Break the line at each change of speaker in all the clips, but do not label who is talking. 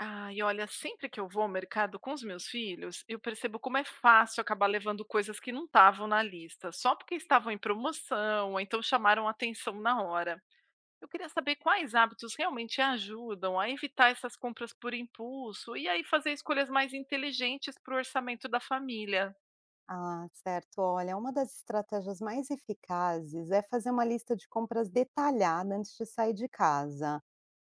Ah, e olha, sempre que eu vou ao mercado com os meus filhos, eu percebo como é fácil acabar levando coisas que não estavam na lista, só porque estavam em promoção, ou então chamaram atenção na hora. Eu queria saber quais hábitos realmente ajudam a evitar essas compras por impulso e aí fazer escolhas mais inteligentes para o orçamento da família.
Ah, certo. Olha, uma das estratégias mais eficazes é fazer uma lista de compras detalhada antes de sair de casa,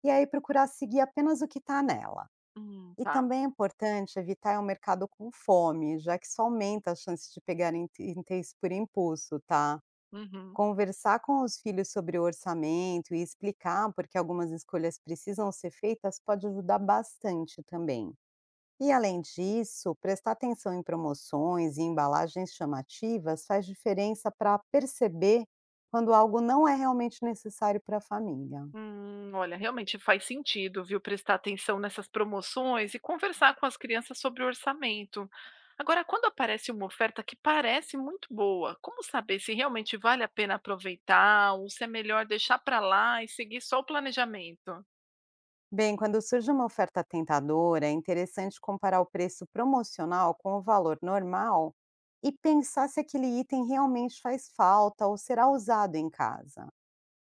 e aí procurar seguir apenas o que está nela. E
Tá.
também é importante evitar ir ao mercado com fome, já que isso aumenta as chances de pegar itens por impulso, tá?
Uhum.
Conversar com os filhos sobre o orçamento e explicar por que algumas escolhas precisam ser feitas pode ajudar bastante também. E além disso, prestar atenção em promoções e embalagens chamativas faz diferença para perceber quando algo não é realmente necessário para a família.
Olha, realmente faz sentido, viu, prestar atenção nessas promoções e conversar com as crianças sobre o orçamento. Agora, quando aparece uma oferta que parece muito boa, como saber se realmente vale a pena aproveitar ou se é melhor deixar para lá e seguir só o planejamento?
Bem, quando surge uma oferta tentadora, é interessante comparar o preço promocional com o valor normal e pensar se aquele item realmente faz falta ou será usado em casa.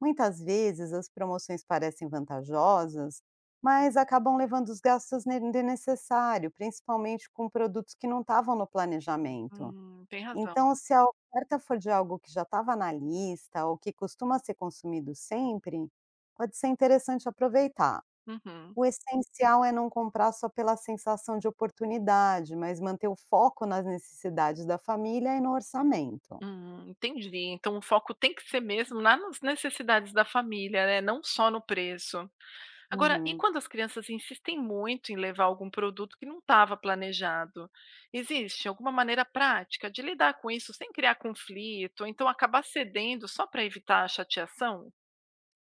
Muitas vezes as promoções parecem vantajosas, mas acabam levando os gastos desnecessário, principalmente com produtos que não estavam no planejamento.
Tem razão.
Então, se a oferta for de algo que já estava na lista ou que costuma ser consumido sempre, pode ser interessante aproveitar.
Uhum.
O essencial é não comprar só pela sensação de oportunidade, mas manter o foco nas necessidades da família e no orçamento.
Entendi. Então, o foco tem que ser mesmo lá nas necessidades da família, né? Não só no preço. Agora, e
Uhum.
quando as crianças insistem muito em levar algum produto que não estava planejado? Existe alguma maneira prática de lidar com isso sem criar conflito, ou então acabar cedendo só para evitar a chateação?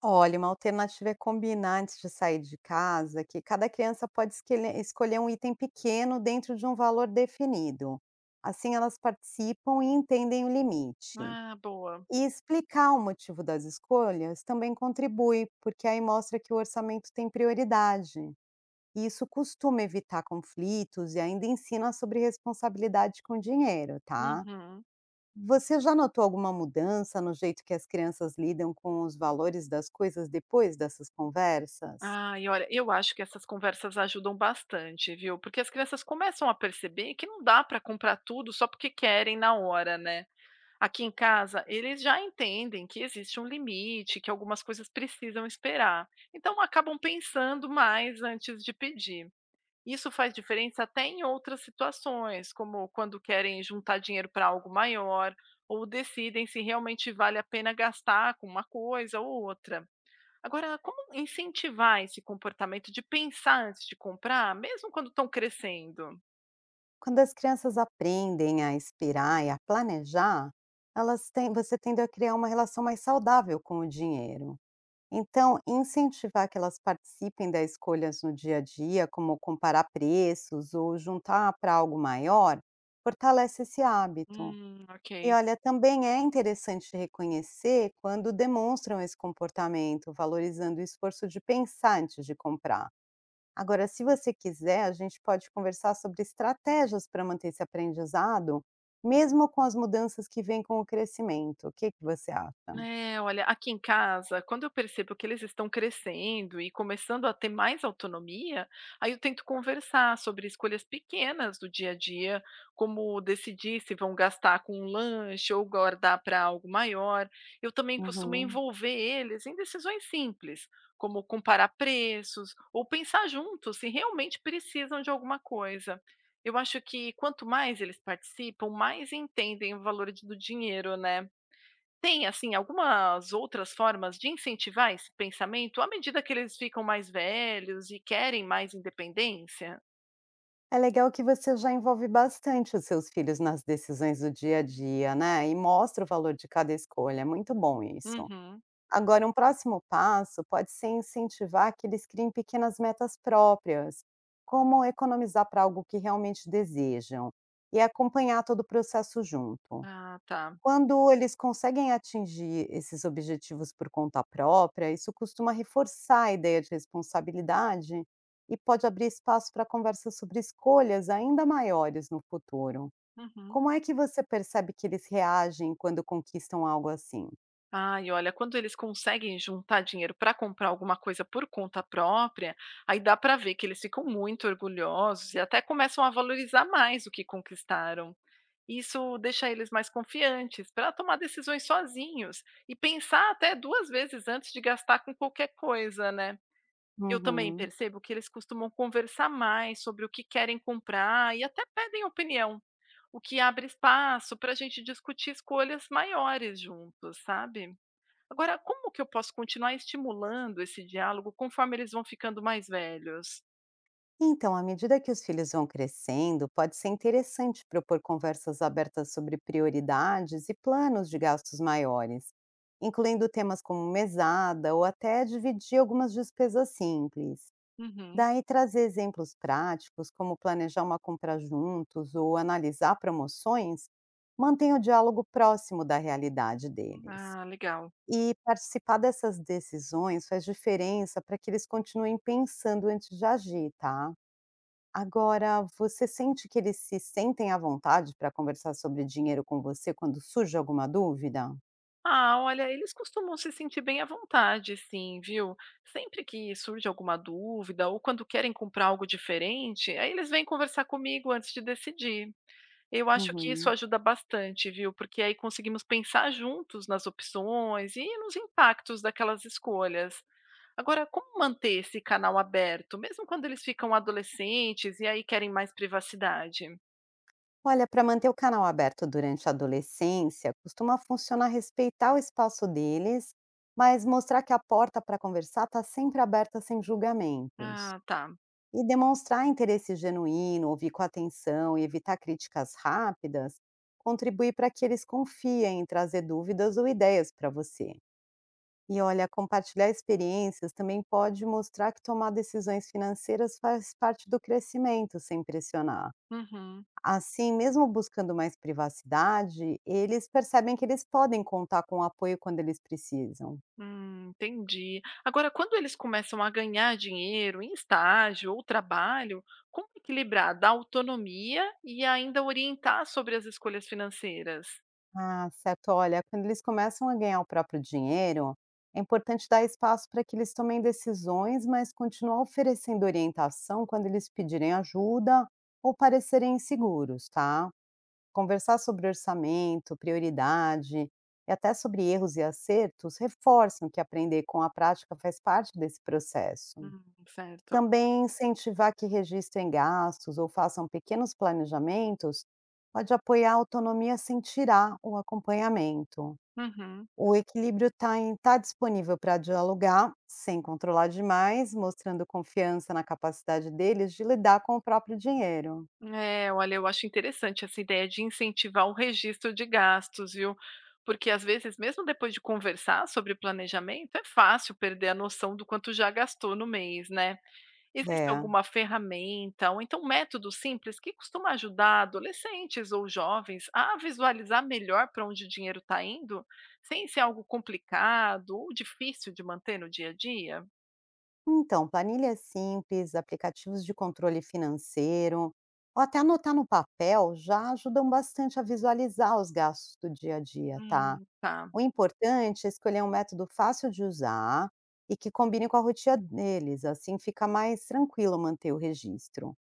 Olha, uma alternativa é combinar antes de sair de casa que cada criança pode escolher um item pequeno dentro de um valor definido. Assim, elas participam e entendem o limite.
Ah, boa.
E explicar o motivo das escolhas também contribui, porque aí mostra que o orçamento tem prioridade. E isso costuma evitar conflitos e ainda ensina sobre responsabilidade com dinheiro, tá?
Uhum.
Você já notou alguma mudança no jeito que as crianças lidam com os valores das coisas depois dessas conversas?
Ah, e olha, eu acho que essas conversas ajudam bastante, viu? Porque as crianças começam a perceber que não dá para comprar tudo só porque querem na hora, né? Aqui em casa, eles já entendem que existe um limite, que algumas coisas precisam esperar. Então acabam pensando mais antes de pedir. Isso faz diferença até em outras situações, como quando querem juntar dinheiro para algo maior ou decidem se realmente vale a pena gastar com uma coisa ou outra. Agora, como incentivar esse comportamento de pensar antes de comprar, mesmo quando estão crescendo?
Quando as crianças aprendem a esperar e a planejar, elas têm, você tende a criar uma relação mais saudável com o dinheiro. Então, incentivar que elas participem das escolhas no dia a dia, como comparar preços ou juntar para algo maior, fortalece esse hábito. E
Ok.
olha, também é interessante reconhecer quando demonstram esse comportamento, valorizando o esforço de pensar antes de comprar. Agora, se você quiser, a gente pode conversar sobre estratégias para manter esse aprendizado, mesmo com as mudanças que vêm com o crescimento. O que que você acha?
É, olha, aqui em casa, quando eu percebo que eles estão crescendo e começando a ter mais autonomia, aí eu tento conversar sobre escolhas pequenas do dia a dia, como decidir se vão gastar com um lanche ou guardar para algo maior. Eu também costumo
Uhum.
envolver eles em decisões simples, como comparar preços ou pensar juntos se realmente precisam de alguma coisa. Eu acho que quanto mais eles participam, mais entendem o do dinheiro, né? Tem, assim, algumas outras formas de incentivar esse pensamento à medida que eles ficam mais velhos e querem mais independência?
É legal que você já envolve bastante os seus filhos nas decisões do dia a dia, né? E mostra o valor de cada escolha. É muito bom isso.
Uhum.
Agora, um próximo passo pode ser incentivar que eles criem pequenas metas próprias, como economizar para algo que realmente desejam, e acompanhar todo o processo junto.
Ah, tá.
Quando eles conseguem atingir esses objetivos por conta própria, isso costuma reforçar a ideia de responsabilidade e pode abrir espaço para conversas sobre escolhas ainda maiores no futuro.
Uhum.
Como é que você percebe que eles reagem quando conquistam algo assim?
Ai, olha, quando eles conseguem juntar dinheiro para comprar alguma coisa por conta própria, aí dá para ver que eles ficam muito orgulhosos e até começam a valorizar mais o que conquistaram. Isso deixa eles mais confiantes para tomar decisões sozinhos e pensar até duas vezes antes de gastar com qualquer coisa, né? Eu também
Uhum.
percebo que eles costumam conversar mais sobre o que querem comprar e até pedem opinião, o que abre espaço para a gente discutir escolhas maiores juntos, sabe? Agora, como que eu posso continuar estimulando esse diálogo conforme eles vão ficando mais velhos?
Então, à medida que os filhos vão crescendo, pode ser interessante propor conversas abertas sobre prioridades e planos de gastos maiores, incluindo temas como mesada ou até dividir algumas despesas simples.
Uhum.
Daí trazer exemplos práticos, como planejar uma compra juntos ou analisar promoções, mantém o diálogo próximo da realidade deles.
Ah, legal.
E participar dessas decisões faz diferença para que eles continuem pensando antes de agir, tá? Agora, você sente que eles se sentem à vontade para conversar sobre dinheiro com você quando surge alguma dúvida?
Ah, olha, eles costumam se sentir bem à vontade, sim, viu? Sempre que surge alguma dúvida ou quando querem comprar algo diferente, aí eles vêm conversar comigo antes de decidir. Eu acho que isso
Uhum.
ajuda bastante, viu, porque aí conseguimos pensar juntos nas opções e nos impactos daquelas escolhas. Agora, como manter esse canal aberto, mesmo quando eles ficam adolescentes e aí querem mais privacidade?
Olha, para manter o canal aberto durante a adolescência, costuma funcionar respeitar o espaço deles, mas mostrar que a porta para conversar está sempre aberta sem julgamentos.
Ah, tá.
E demonstrar interesse genuíno, ouvir com atenção e evitar críticas rápidas, contribui para que eles confiem em trazer dúvidas ou ideias para você. E olha, compartilhar experiências também pode mostrar que tomar decisões financeiras faz parte do crescimento, sem pressionar.
Uhum.
Assim, mesmo buscando mais privacidade, eles percebem que eles podem contar com o apoio quando eles precisam.
Entendi. Agora, quando eles começam a ganhar dinheiro em estágio ou trabalho, como equilibrar da autonomia e ainda orientar sobre as escolhas financeiras?
Ah, certo. Olha, quando eles começam a ganhar o próprio dinheiro, é importante dar espaço para que eles tomem decisões, mas continuar oferecendo orientação quando eles pedirem ajuda ou parecerem inseguros, tá? Conversar sobre orçamento, prioridade e até sobre erros e acertos reforçam que aprender com a prática faz parte desse processo.
Certo.
Também incentivar que registrem gastos ou façam pequenos planejamentos pode apoiar a autonomia sem tirar o acompanhamento.
Uhum.
O equilíbrio está em estar disponível para dialogar, sem controlar demais, mostrando confiança na capacidade deles de lidar com o próprio dinheiro.
É, olha, eu acho interessante essa ideia de incentivar o registro de gastos, viu? Porque às vezes, mesmo depois de conversar sobre planejamento, é fácil perder a noção do quanto já gastou no mês, né? Existe
É.
alguma ferramenta ou então método simples que costuma ajudar adolescentes ou jovens a visualizar melhor para onde o dinheiro está indo, sem ser algo complicado ou difícil de manter no dia a dia?
Então, planilhas simples, aplicativos de controle financeiro, ou até anotar no papel já ajudam bastante a visualizar os gastos do dia a dia, tá?
Tá.
O importante é escolher um método fácil de usar e que combine com a rotina deles, assim fica mais tranquilo manter o registro.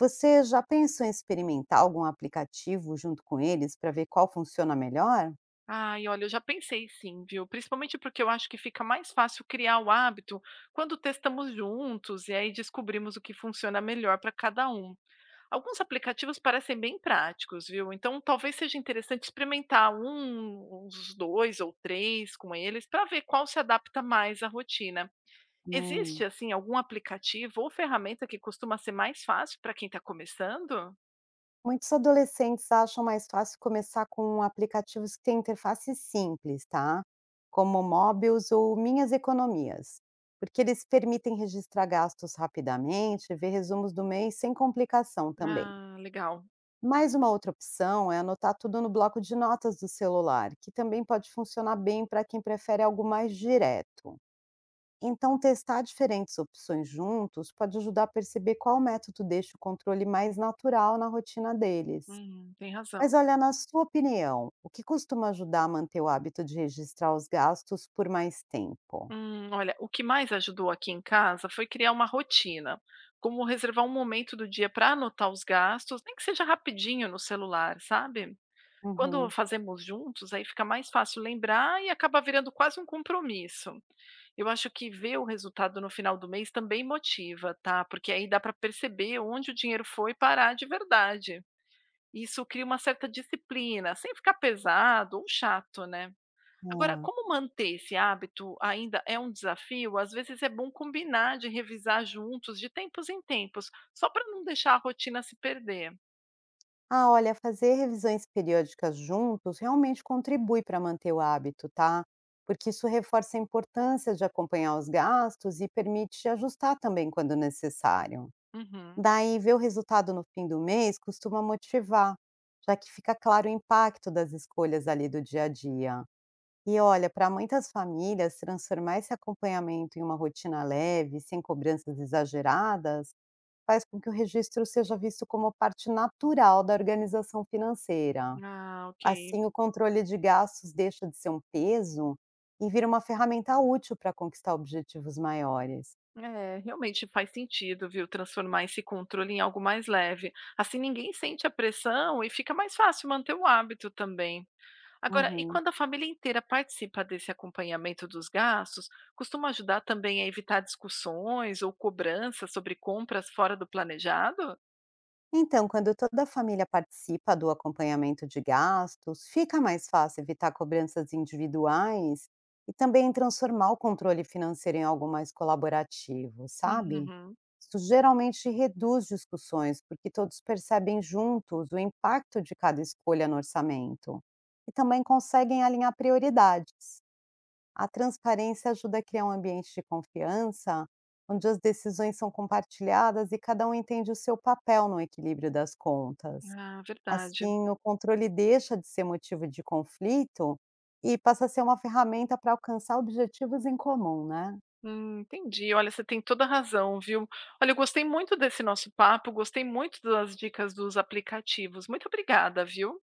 Você já pensou em experimentar algum aplicativo junto com eles para ver qual funciona melhor?
Ai, olha, eu já pensei sim, viu? Principalmente porque eu acho que fica mais fácil criar o hábito quando testamos juntos e aí descobrimos o que funciona melhor para cada um. Alguns aplicativos parecem bem práticos, viu? Então talvez seja interessante experimentar uns dois ou três com eles para ver qual se adapta mais à rotina. Existe,
Hum.
assim, algum aplicativo ou ferramenta que costuma ser mais fácil para quem está começando?
Muitos adolescentes acham mais fácil começar com aplicativos que têm interface simples, tá? Como Mobius ou Minhas Economias, porque eles permitem registrar gastos rapidamente, ver resumos do mês sem complicação também.
Ah, legal.
Mais uma outra opção é anotar tudo no bloco de notas do celular, que também pode funcionar bem para quem prefere algo mais direto. Então, testar diferentes opções juntos pode ajudar a perceber qual método deixa o controle mais natural na rotina deles.
Tem razão.
Mas olha, na sua opinião, o que costuma ajudar a manter o hábito de registrar os gastos por mais tempo?
Olha, o que mais ajudou aqui em casa foi criar uma rotina, como reservar um momento do dia para anotar os gastos, nem que seja rapidinho no celular, sabe? Quando
Uhum.
fazemos juntos, aí fica mais fácil lembrar e acaba virando quase um compromisso. Eu acho que ver o resultado no final do mês também motiva, tá? Porque aí dá para perceber onde o dinheiro foi parar de verdade. Isso cria uma certa disciplina, sem ficar pesado ou chato, né? Agora,
É.
como manter esse hábito ainda é um desafio, às vezes é bom combinar de revisar juntos de tempos em tempos, só para não deixar a rotina se perder.
Ah, olha, fazer revisões periódicas juntos realmente contribui para manter o hábito, tá? Porque isso reforça a importância de acompanhar os gastos e permite ajustar também quando necessário.
Uhum.
Daí, ver o resultado no fim do mês costuma motivar, já que fica claro o impacto das escolhas ali do dia a dia. E olha, para muitas famílias, transformar esse acompanhamento em uma rotina leve, sem cobranças exageradas, faz com que o registro seja visto como parte natural da organização financeira.
Ah, ok.
Assim, o controle de gastos deixa de ser um peso e vira uma ferramenta útil para conquistar objetivos maiores.
É, realmente faz sentido, viu? Transformar esse controle em algo mais leve. Assim ninguém sente a pressão e fica mais fácil manter o hábito também. Agora, e
Uhum.
quando a família inteira participa desse acompanhamento dos gastos, costuma ajudar também a evitar discussões ou cobranças sobre compras fora do planejado?
Então, quando toda a família participa do acompanhamento de gastos, fica mais fácil evitar cobranças individuais e também transformar o controle financeiro em algo mais colaborativo, sabe?
Uhum.
Isso geralmente reduz discussões, porque todos percebem juntos o impacto de cada escolha no orçamento e também conseguem alinhar prioridades. A transparência ajuda a criar um ambiente de confiança, onde as decisões são compartilhadas e cada um entende o seu papel no equilíbrio das contas.
Ah, verdade.
Assim, o controle deixa de ser motivo de conflito e passa a ser uma ferramenta para alcançar objetivos em comum, né?
Entendi. Olha, você tem toda a razão, viu. Olha, eu gostei muito desse nosso papo, gostei muito das dicas dos aplicativos. Muito obrigada, viu.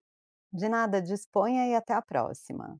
De nada, disponha e até a próxima.